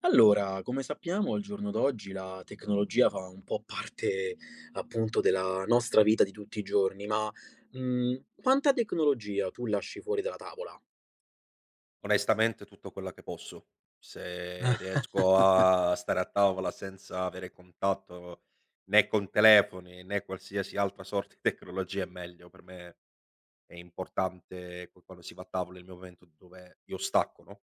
Allora, come sappiamo al giorno d'oggi la tecnologia fa un po' parte appunto della nostra vita di tutti i giorni, ma, quanta tecnologia tu lasci fuori dalla tavola? Onestamente tutto quella che posso. Se riesco a stare a tavola senza avere contatto né con telefoni, né qualsiasi altra sorta di tecnologia è meglio. Per me è importante qu quando si va a tavola il mio momento dove io stacco, no?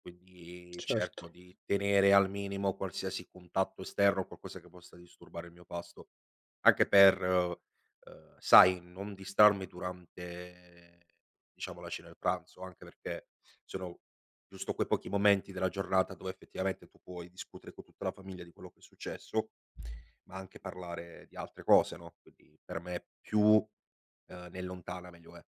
Quindi Certo. cerco di tenere al minimo qualsiasi contatto esterno, qualcosa che possa disturbare il mio pasto, anche per, sai, non distrarmi durante, diciamo, la cena e il pranzo, anche perché sono giusto quei pochi momenti della giornata dove effettivamente tu puoi discutere con tutta la famiglia di quello che è successo, ma anche parlare di altre cose, no, quindi per me più, ne è lontana meglio è.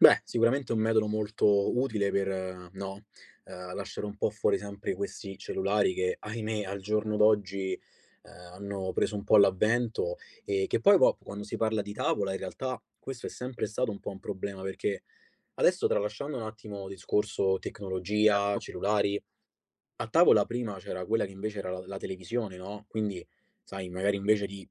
Beh, sicuramente è un metodo molto utile per, no, lasciare un po' fuori sempre questi cellulari che, ahimè, al giorno d'oggi, hanno preso un po' l'avvento e che poi co quando si parla di tavola, in realtà, questo è sempre stato un po' un problema perché adesso, tralasciando un attimo il discorso tecnologia, Certo. cellulari a tavola, prima c'era quella che invece era la televisione, no, quindi sai, magari invece di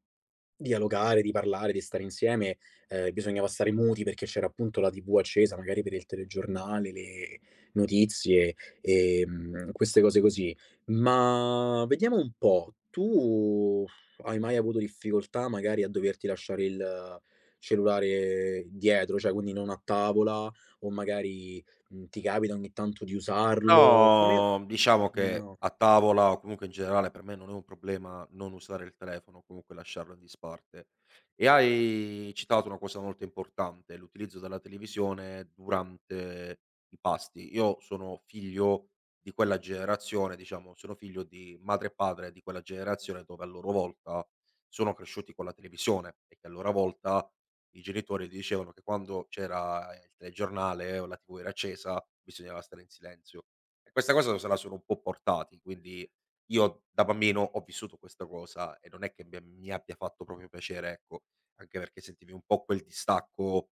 dialogare, di parlare, di stare insieme, bisognava stare muti perché c'era appunto la TV accesa, magari per il telegiornale, le notizie, queste cose così. Ma vediamo un po', tu hai mai avuto difficoltà magari a doverti lasciare il cellulare dietro, cioè quindi non a tavola o magari, ti capita ogni tanto di usarlo? Come No, diciamo che no. a tavola o comunque in generale per me non è un problema non usare il telefono, o comunque lasciarlo in disparte. E hai citato una cosa molto importante, l'utilizzo della televisione durante i pasti. Io sono figlio di quella generazione, diciamo, sono figlio di madre e padre di quella generazione dove a loro volta sono cresciuti con la televisione e che a loro volta i genitori dicevano che quando c'era il telegiornale o la TV era accesa bisognava stare in silenzio. E questa cosa se la sono un po' portati, quindi io da bambino ho vissuto questa cosa e non è che mi abbia fatto proprio piacere, ecco, anche perché sentivi un po' quel distacco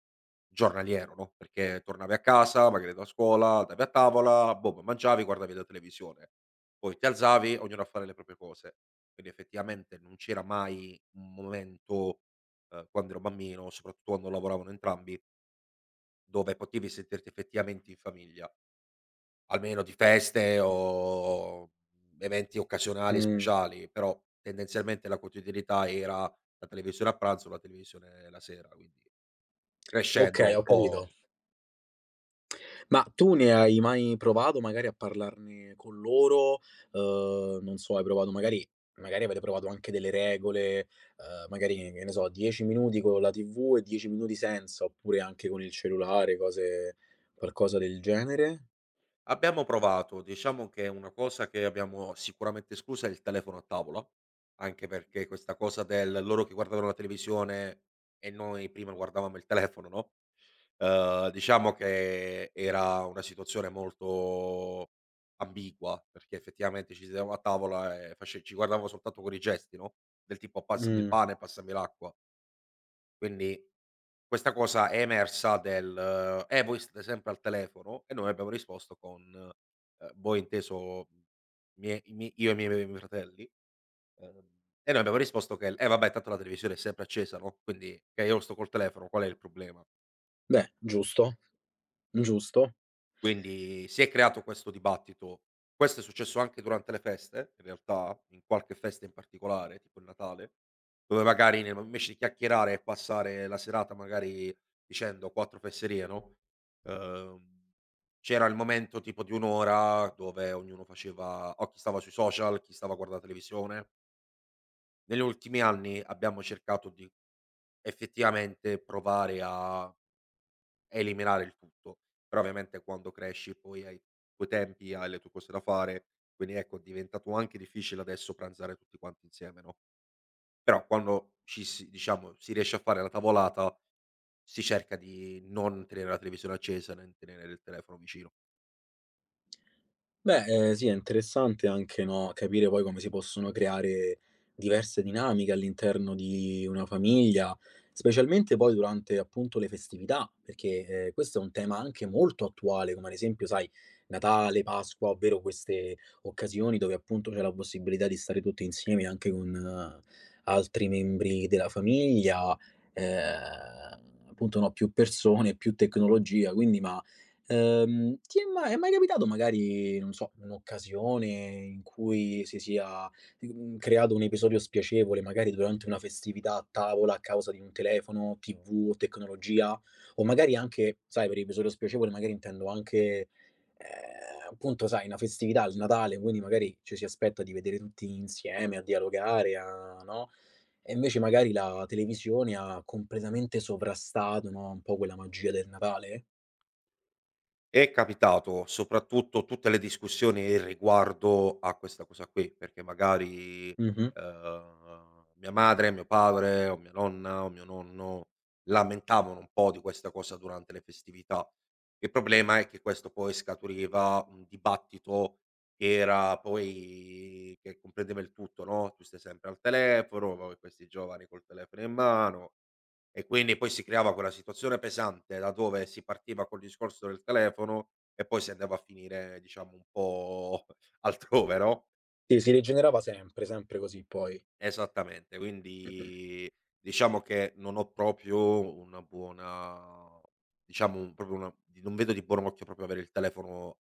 giornaliero, no, perché tornavi a casa, magari da scuola, andavi a tavola, boh, mangiavi, guardavi la televisione. Poi ti alzavi, ognuno a fare le proprie cose. Quindi effettivamente non c'era mai un momento, quando ero bambino, soprattutto quando lavoravano entrambi, dove potevi sentirti effettivamente in famiglia. Almeno di feste o eventi occasionali e Mh. speciali, però tendenzialmente la quotidianità era la televisione a pranzo, la televisione la sera, quindi crescendo Okay, un ho capito. po' Ma tu ne hai mai provato magari a parlarne con loro? Non so, hai provato magari, avete provato anche delle regole, magari, che ne so, 10 minuti con la TV e 10 minuti senza, oppure anche con il cellulare, cose qualcosa del genere? abbiamo provato. Diciamo che una cosa che abbiamo sicuramente esclusa è il telefono a tavola, anche perché questa cosa del loro che guardavano la televisione e noi prima guardavamo il telefono, no? Diciamo che era una situazione molto ambigua, perché effettivamente ci sedevamo a tavola e face ci guardavamo soltanto con i gesti, no, del tipo: "Passami il Mh. pane, passami l'acqua". Quindi questa cosa è emersa del: voi state sempre al telefono", e noi abbiamo risposto con voi inteso mie i mie io e i miei fratelli, uhm, e noi abbiamo risposto che: vabbè tanto la televisione è sempre accesa, no, quindi che io sto col telefono, qual è il problema?" Beh, giusto, giusto. Quindi si è creato questo dibattito. Questo è successo anche durante le feste, in realtà, in qualche festa in particolare, tipo il Natale, dove magari nel invece di chiacchierare e passare la serata magari dicendo 4 fesserie, no, ehm, c'era il momento tipo di 1 ora dove ognuno faceva o chi stava sui social, chi stava a guardare la televisione. Negli ultimi anni abbiamo cercato di effettivamente provare a eliminare il tutto. Però ovviamente quando cresci poi hai i tuoi tempi, hai le tue cose da fare, quindi ecco è diventato anche difficile adesso pranzare tutti quanti insieme, no, però quando ci si diciamo, si riesce a fare la tavolata, si cerca di non tenere la televisione accesa, né tenere il telefono vicino. Beh, sì, è interessante anche, no, capire poi come si possono creare diverse dinamiche all'interno di una famiglia, specialmente poi durante, appunto, le festività, perché, questo è un tema anche molto attuale, come ad esempio, sai, Natale, Pasqua, ovvero queste occasioni dove, appunto, c'è la possibilità di stare tutti insieme anche con altri membri della famiglia, appunto, no, più persone, più tecnologia, quindi ma ti è ma è mai capitato magari, non so, un'occasione in cui si sia, creato un episodio spiacevole, magari durante una festività a tavola a causa di un telefono, TV o tecnologia? O magari anche, sai, per episodio spiacevole magari intendo anche, ehm, appunto sai, una festività, il Natale, quindi magari ci si aspetta di vedere tutti insieme, a dialogare, a no, e invece magari la televisione ha completamente sovrastato, no, un po' quella magia del Natale? È capitato, soprattutto tutte le discussioni riguardo a questa cosa qui, perché magari, Mh-mh. Mia madre, mio padre o mia nonna o mio nonno lamentavano un po' di questa cosa durante le festività. Il problema è che questo poi scaturiva un dibattito che era poi che comprendeva il tutto, no, tu stai sempre al telefono, poi questi giovani col telefono in mano, e quindi poi si creava quella situazione pesante da dove si partiva col discorso del telefono e poi si andava a finire diciamo un po' altrove, no, Sì, si rigenerava sempre, sempre così poi. esattamente. Mh-mh. Quindi diciamo che non ho proprio una buona diciamo un proprio una non vedo di buon occhio proprio avere il telefono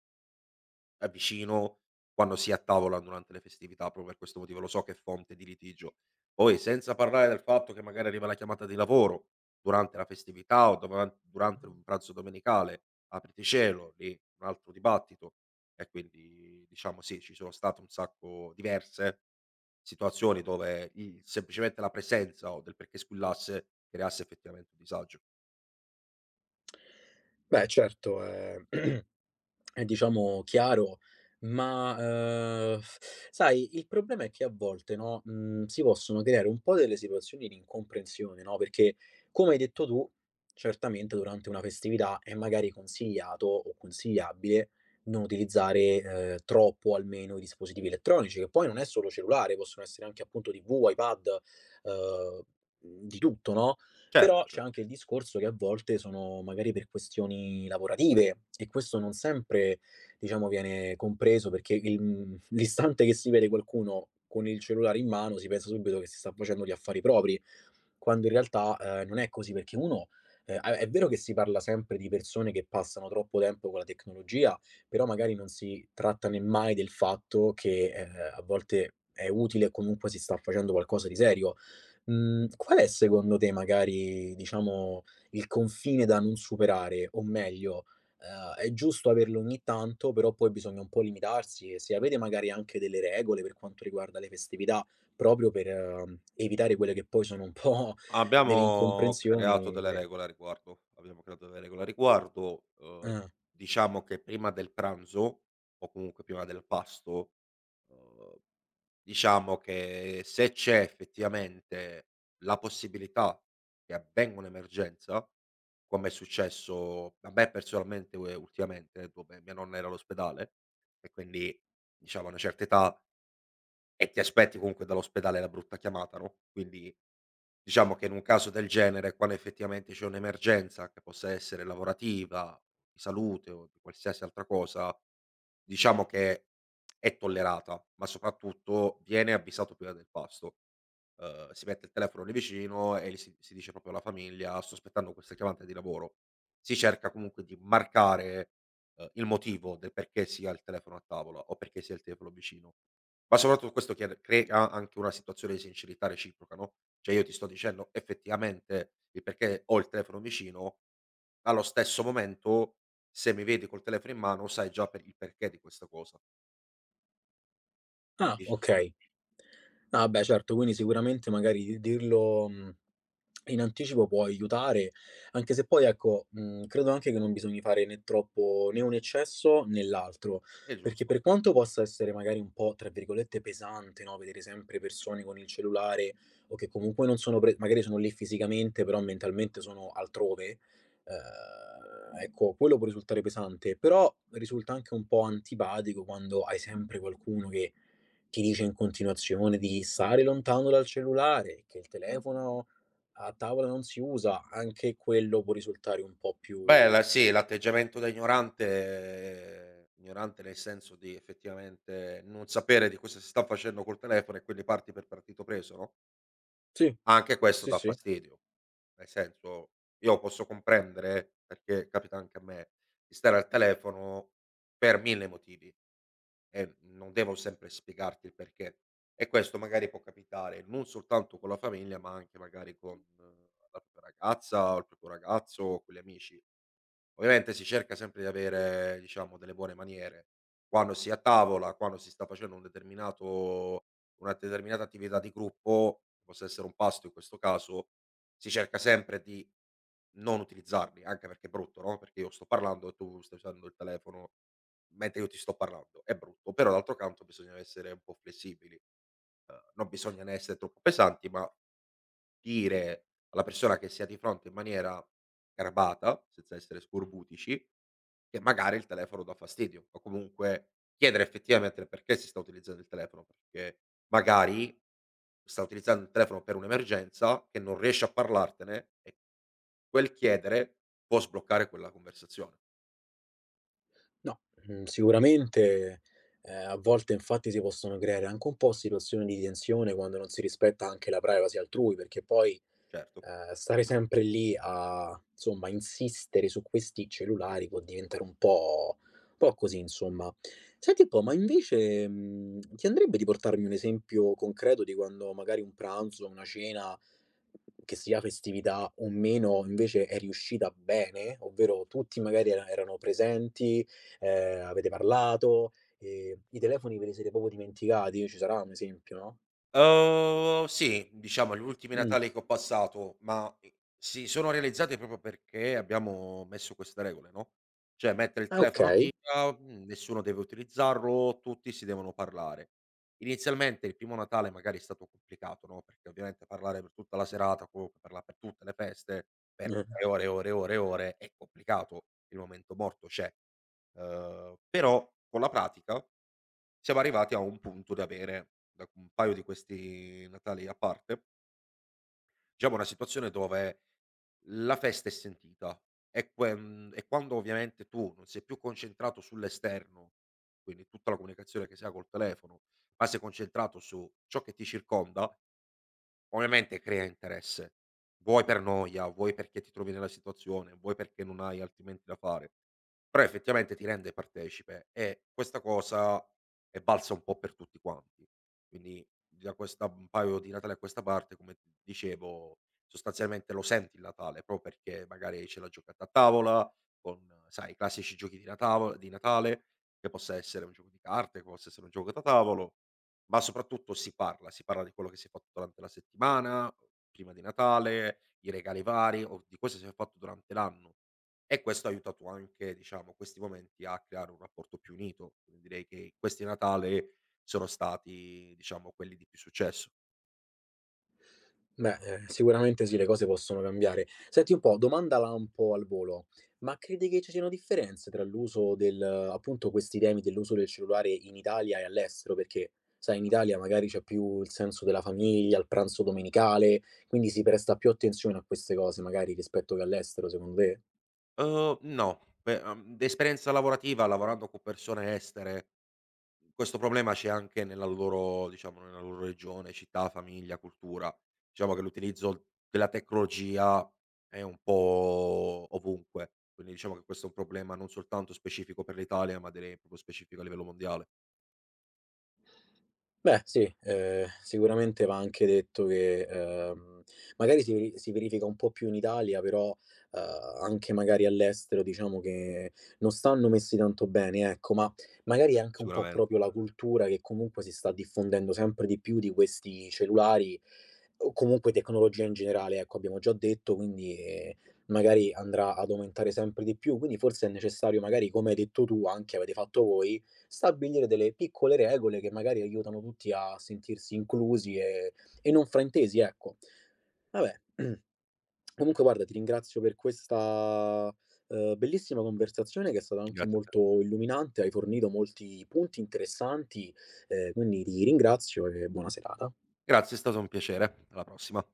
è vicino quando si è a tavola durante le festività, proprio per questo motivo lo so che è fonte di litigio. Poi senza parlare del fatto che magari arriva la chiamata di lavoro durante la festività o dovan durante un pranzo domenicale, apriti cielo, lì un altro dibattito e quindi diciamo sì, ci sono state un sacco diverse situazioni dove il semplicemente la presenza o del perché squillasse creasse effettivamente un disagio. Beh certo, è è diciamo chiaro, ma, sai, il problema è che a volte, no, si possono creare un po' delle situazioni di incomprensione, no, perché come hai detto tu, certamente durante una festività è magari consigliato o consigliabile non utilizzare, troppo almeno i dispositivi elettronici, che poi non è solo cellulare, possono essere anche appunto TV, iPad, uhm, di tutto, no? Certo, Però c'è cer anche il discorso che a volte sono magari per questioni lavorative e questo non sempre, diciamo, viene compreso perché il l'istante che si vede qualcuno con il cellulare in mano si pensa subito che si sta facendo gli affari propri, quando in realtà, non è così perché uno a è vero che si parla sempre di persone che passano troppo tempo con la tecnologia, però magari non si tratta nemmai del fatto che, a volte è utile o comunque si sta facendo qualcosa di serio. Mhmm, qual è secondo te magari, diciamo, il confine da non superare? O meglio, è giusto averlo ogni tanto, però poi bisogna un po' limitarsi e se avete magari anche delle regole per quanto riguarda le festività, proprio per evitare quelle che poi sono un po' delle Abbiamo creato incomprensioni delle che regole a riguardo, abbiamo creato delle regole a riguardo, eh. diciamo che prima del pranzo o comunque prima del pasto, uhm, diciamo che se c'è effettivamente la possibilità che avvenga un'emergenza, come è successo a me personalmente u ultimamente dove mia nonna era all'ospedale e quindi diciamo a una certa età e ti aspetti comunque dall'ospedale la brutta chiamata, no, quindi diciamo che in un caso del genere, quando effettivamente c'è un'emergenza, che possa essere lavorativa, di salute o di qualsiasi altra cosa, diciamo che è tollerata, ma soprattutto viene avvisato prima del pasto si mette il telefono lì vicino e gli si dice proprio alla famiglia: "Sto aspettando questa chiamata di lavoro." Si cerca comunque di marcare, il motivo del perché si ha il telefono a tavola o perché si ha il telefono vicino. Ma soprattutto questo chiede crea anche una situazione di sincerità reciproca, no, cioè io ti sto dicendo effettivamente il perché ho il telefono vicino, allo stesso momento se mi vedi col telefono in mano sai già per il perché di questa cosa. Quindi Ah, dici okay. Ah beh certo, quindi sicuramente magari di dirlo, in anticipo può aiutare, anche se poi ecco, credo anche che non bisogni fare né troppo né un eccesso né l'altro, è perché giusto. per quanto possa essere magari un po' tra virgolette "pesante", no, vedere sempre persone con il cellulare o che comunque non sono pre magari sono lì fisicamente, però mentalmente sono altrove, ehm, ecco, quello può risultare pesante, però risulta anche un po' antipatico quando hai sempre qualcuno che ti dice in continuazione di stare lontano dal cellulare, che il telefono a tavola non si usa, anche quello può risultare un po' Beh, più la sì, l'atteggiamento da ignorante ignorante nel senso di effettivamente non sapere di cosa si sta facendo col telefono e quindi parti per partito preso, no, sì, anche questo sì, dà sì. fastidio. Nel senso, io posso comprendere, perché capita anche a me, di stare al telefono per 1000 motivi. E non devo sempre spiegarti il perché. E questo magari può capitare non soltanto con la famiglia, ma anche magari con la propria ragazza o il proprio ragazzo o con gli amici. Ovviamente si cerca sempre di avere, diciamo, delle buone maniere. Quando si è a tavola, quando si sta facendo un determinato una determinata attività di gruppo, che possa essere un pasto in questo caso, si cerca sempre di non utilizzarli, anche perché è brutto, no, perché io sto parlando e tu stai usando il telefono. Mentre io ti sto parlando, è brutto, però d'altro canto bisogna essere un po' flessibili, non bisogna né essere troppo pesanti, ma dire alla persona che si ha di fronte in maniera garbata, senza essere scorbutici, che magari il telefono dà fastidio, o comunque chiedere effettivamente il perché si sta utilizzando il telefono, perché magari sta utilizzando il telefono per un'emergenza che non riesce a parlartene e quel chiedere può sbloccare quella conversazione, No, sicuramente, a volte infatti si possono creare anche un po' situazioni di tensione quando non si rispetta anche la privacy altrui, perché poi certo. Stare sempre lì a, insomma, insistere su questi cellulari può diventare un po' così, insomma. Senti un po', ma invece, ti andrebbe di portarmi un esempio concreto di quando magari un pranzo, una cena, che sia festività o meno, invece è riuscita bene? Ovvero tutti magari erano presenti, avete parlato, i telefoni ve li siete proprio dimenticati? Ci sarà un esempio, no? Sì, diciamo gli ultimi Mh. Natali che ho passato, ma, si sono realizzati proprio perché abbiamo messo queste regole, no, cioè mettere il Ah, telefono via, okay. mhmm, nessuno deve utilizzarlo, tutti si devono parlare. Inizialmente il primo Natale magari è stato complicato, no, perché ovviamente parlare per tutta la serata, comunque parla per tutte le feste, per Mh. ore, ore, ore, e ore, e ore è complicato, il momento morto c'è. Però con la pratica siamo arrivati a un punto da avere, da un paio di questi Natali a parte, diciamo una situazione dove la festa è sentita e, e quando ovviamente tu non sei più concentrato sull'esterno, quindi tutta la comunicazione che si ha col telefono, ma sei concentrato su ciò che ti circonda, ovviamente crea interesse, vuoi per noia, vuoi perché ti trovi nella situazione, vuoi perché non hai altrimenti da fare, però effettivamente ti rende partecipe e questa cosa è valsa un po' per tutti quanti. Quindi da questa un paio di Natale a questa parte, come ti dicevo, sostanzialmente lo senti il Natale, proprio perché magari c'è la giocata a tavola, con sai i classici giochi di, di Natale, che possa essere un gioco di carte, che possa essere un gioco da tavolo, ma soprattutto si parla di quello che si è fatto durante la settimana, prima di Natale, i regali vari o di cosa si è fatto durante l'anno e questo ha aiutato anche, diciamo, questi momenti a creare un rapporto più unito. Quindi direi che questi Natale sono stati, diciamo, quelli di più successo. Beh, sicuramente sì, le cose possono cambiare. Senti un po', domanda lampo al volo, ma credi che ci siano differenze tra l'uso del appunto questi temi dell'uso del cellulare in Italia e all'estero? Perché, sai, in Italia magari c'è più il senso della famiglia, il pranzo domenicale, quindi si presta più attenzione a queste cose magari rispetto che all'estero, secondo te? No, beh, d'esperienza lavorativa lavorando con persone estere. Questo problema c'è anche nella loro diciamo, nella loro regione, città, famiglia, cultura. Diciamo che l'utilizzo della tecnologia è un po' ovunque, quindi diciamo che questo è un problema non soltanto specifico per l'Italia, ma direi proprio specifico a livello mondiale, Beh sì, sicuramente va anche detto che, magari si verifica un po' più in Italia, però, anche magari all'estero diciamo che non stanno messi tanto bene, ecco, ma magari è anche un po' sicuramente. proprio la cultura che comunque si sta diffondendo sempre di più di questi cellulari o comunque tecnologia in generale, ecco, abbiamo già detto, quindi, magari andrà ad aumentare sempre di più. Quindi forse è necessario magari, come hai detto tu, anche avete fatto voi, stabilire delle piccole regole che magari aiutano tutti a sentirsi inclusi e non fraintesi, ecco. Vabbè, comunque guarda, ti ringrazio per questa, bellissima conversazione che è stata anche Grazie a te. molto illuminante, hai fornito molti punti interessanti, quindi ti ringrazio e buona serata. Grazie, è stato un piacere. Alla prossima.